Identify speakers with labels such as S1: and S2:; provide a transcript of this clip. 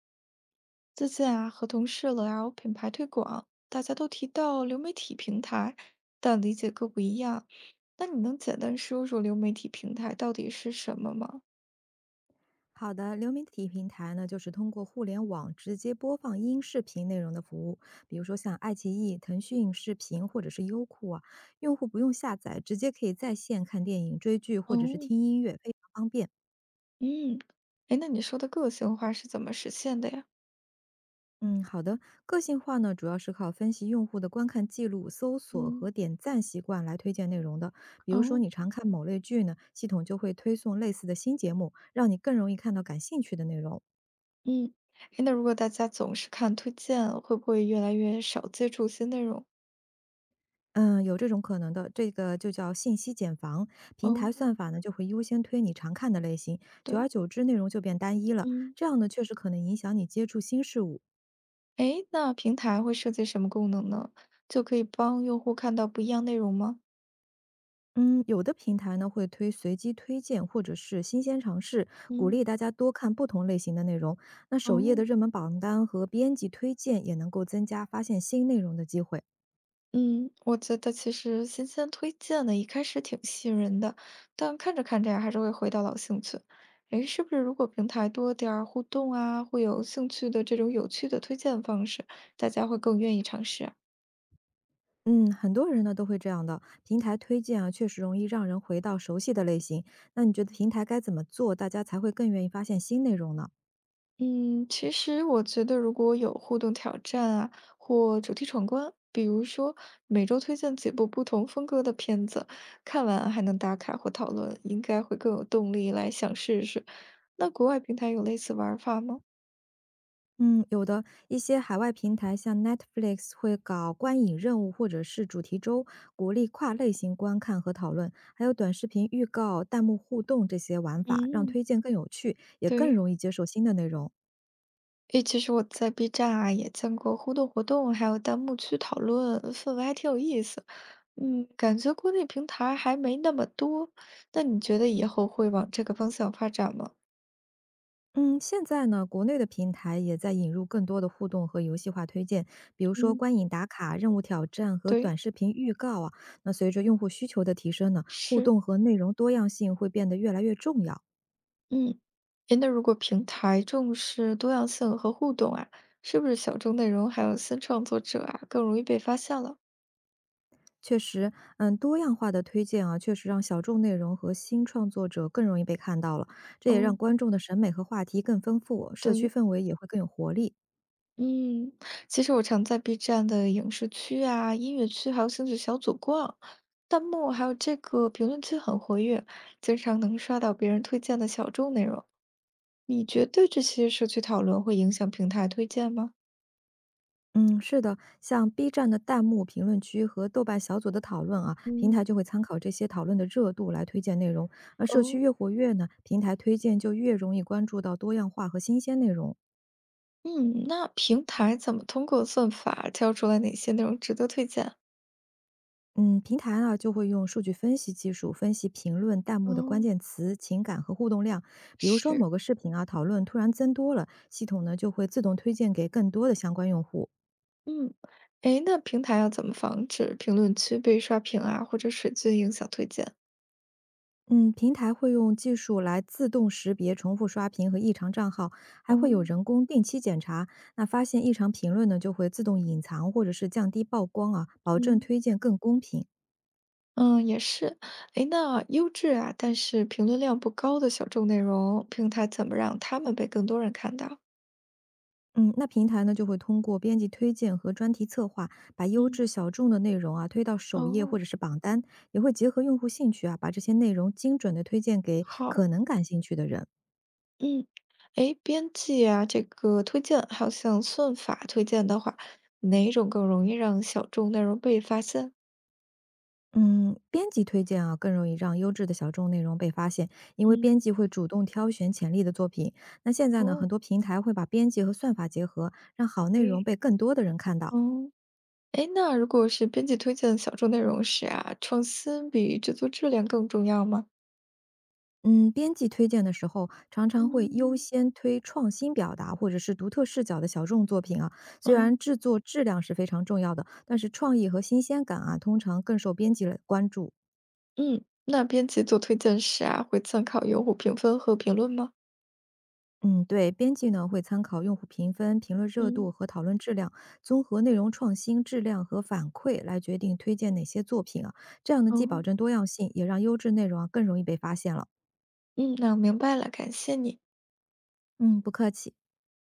S1: 最近啊，和同事聊品牌推广，大家都提到流媒体平台，但理解各不一样。那你能简单说说流媒体平台到底是什么吗？
S2: 好的，流媒体平台呢，就是通过互联网直接播放音视频内容的服务，比如说像爱奇艺、腾讯视频或者是优酷啊，用户不用下载，直接可以在线看电影、追剧或者是
S1: 哦，
S2: 听音乐，非常方便。
S1: 嗯，哎，那你说的个性化是怎么实现的呀？
S2: 嗯，好的，个性化呢，主要是靠分析用户的观看记录、搜索和
S1: 嗯，
S2: 点赞习惯来推荐内容的。比如说，
S1: 哦，
S2: 你常看某类剧呢，系统就会推送类似的新节目，让你更容易看到感兴趣的内容。
S1: 嗯，哎，那如果大家总是看推荐，会不会越来越少接触新内容？
S2: 嗯，有这种可能的，这个就叫信息茧房。平
S1: 哦，
S2: 台算法呢，就会优先推你常看的类型，久而
S1: 对，
S2: 久之，内容就变单一了。
S1: 嗯，
S2: 这样呢，确实可能影响你接触新事物。
S1: 哎，那平台会设计什么功能呢？就可以帮用户看到不一样内容吗？
S2: 嗯，有的平台呢会推随机推荐或者是新鲜尝试，鼓
S1: 嗯，
S2: 励大家多看不同类型的内容。那首页的
S1: 哦。
S2: 热门榜单和编辑推荐也能够增加发现新内容的机会。
S1: 嗯，我觉得其实新鲜推荐的，一开始挺吸引人的，但看着看着呀，还是会回到老兴趣。诶，是不是如果平台多点儿互动啊，会有兴趣的这种有趣的推荐方式，大家会更愿意尝试啊？
S2: 嗯，很多人呢都会这样的，平台推荐啊，确实容易让人回到熟悉的类型。那你觉得平台该怎么做，大家才会更愿意发现新内容呢？
S1: 嗯，其实我觉得如果有互动挑战啊，或主题闯关，比如说每周推荐几部不同风格的片子，看完还能打卡或讨论，应该会更有动力来想试试。那国外平台有类似玩法吗？
S2: 嗯，有的一些海外平台，像 Netflix 会搞观影任务或者是主题周，鼓励跨类型观看和讨论，还有短视频预告、弹幕互动这些玩法，让
S1: 嗯
S2: 推荐更有趣，也更
S1: 对，
S2: 容易接受新的内容。
S1: 诶，其实我在 B 站啊也见过互动活动，还有弹幕区讨论，氛围还挺有意思。嗯，感觉国内平台还没那么多，那你觉得以后会往这个方向发展吗？
S2: 嗯，现在呢，国内的平台也在引入更多的互动和游戏化推荐，比如说
S1: 嗯，
S2: 观影打卡、任务挑战和短
S1: 对，
S2: 视频预告啊。那随着用户需求的提升呢，互
S1: 是，
S2: 动和内容多样性会变得越来越重要。
S1: 嗯，诶，那如果平台重视多样性和互动啊，是不是小众内容还有新创作者啊更容易被发现了？
S2: 确实，嗯，多样化的推荐啊，确实让小众内容和新创作者更容易被看到了，这也
S1: 哦，
S2: 让观众的审美和话题更丰富，社区
S1: 对。
S2: 氛围也会更有活力。
S1: 嗯，其实我常在 B 站的影视区啊、音乐区还有兴趣小组逛，弹幕还有这个评论区很活跃，经常能刷到别人推荐的小众内容。你觉得这些社区讨论会影响平台推荐吗？
S2: 嗯，是的，像 B 站的弹幕评论区和豆瓣小组的讨论啊，平
S1: 嗯，
S2: 台就会参考这些讨论的热度来推荐内容。而社区
S1: 哦，
S2: 越活跃呢，平台推荐就越容易关注到多样化和新鲜内容。
S1: 嗯，那平台怎么通过算法挑出来哪些内容值得推荐？
S2: 嗯，平台啊就会用数据分析技术分析评论弹幕的关
S1: 嗯。
S2: 键词、情感和互动量。比如说
S1: 是，
S2: 某个视频啊讨论突然增多了，系统呢就会自动推荐给更多的相关用户。
S1: 嗯，哎，那平台要怎么防止评论区被刷屏啊，或者水军影响推荐？
S2: 嗯，平台会用技术来自动识别重复刷屏和异常账号，还会有
S1: 哦。
S2: 人工定期检查。那发现异常评论呢，就会自动隐藏或者是降低曝光啊，保证
S1: 嗯。
S2: 推荐更公平。
S1: 嗯，也是。哎，那优质啊，但是评论量不高的小众内容，平台怎么让他们被更多人看到？
S2: 嗯，那平台呢就会通过编辑推荐和专题策划，把优
S1: 嗯，
S2: 质小众的内容啊推到首页
S1: 哦，
S2: 或者是榜单，也会结合用户兴趣啊，把这些内容精准的推荐给
S1: 好，
S2: 可能感兴趣的人。
S1: 嗯，哎，编辑啊，这个推荐，还有像算法推荐的话，哪种更容易让小众内容被发现？
S2: 嗯，编辑推荐啊，更容易让优质的小众内容被发现，因为
S1: 嗯，
S2: 编辑会主动挑选潜力的作品。那现在呢，
S1: 哦，
S2: 很多平台会把编辑和算法结合，让好内容
S1: 诶，
S2: 被更多的人看到。
S1: 嗯，诶，那如果是编辑推荐小众内容时啊，创新比制作质量更重要吗？
S2: 嗯，编辑推荐的时候，常常会优
S1: 嗯，
S2: 先推创新表达或者是独特视角的小众作品啊。虽
S1: 嗯。
S2: 然制作质量是非常重要的，但是创意和新鲜感啊，通常更受编辑的关注。
S1: 嗯，那编辑做推荐时啊，会参考用户评分和评论吗？
S2: 嗯，对，编辑呢会参考用户评分、评论热度
S1: 嗯。
S2: 和讨论质量，综合内容创新、质量和反馈来决定推荐哪些作品啊。这样呢，既保
S1: 哦，
S2: 证多样性，也让优质内容啊更容易被发现了。
S1: 嗯，那我明白了，感谢你。
S2: 嗯，不客气。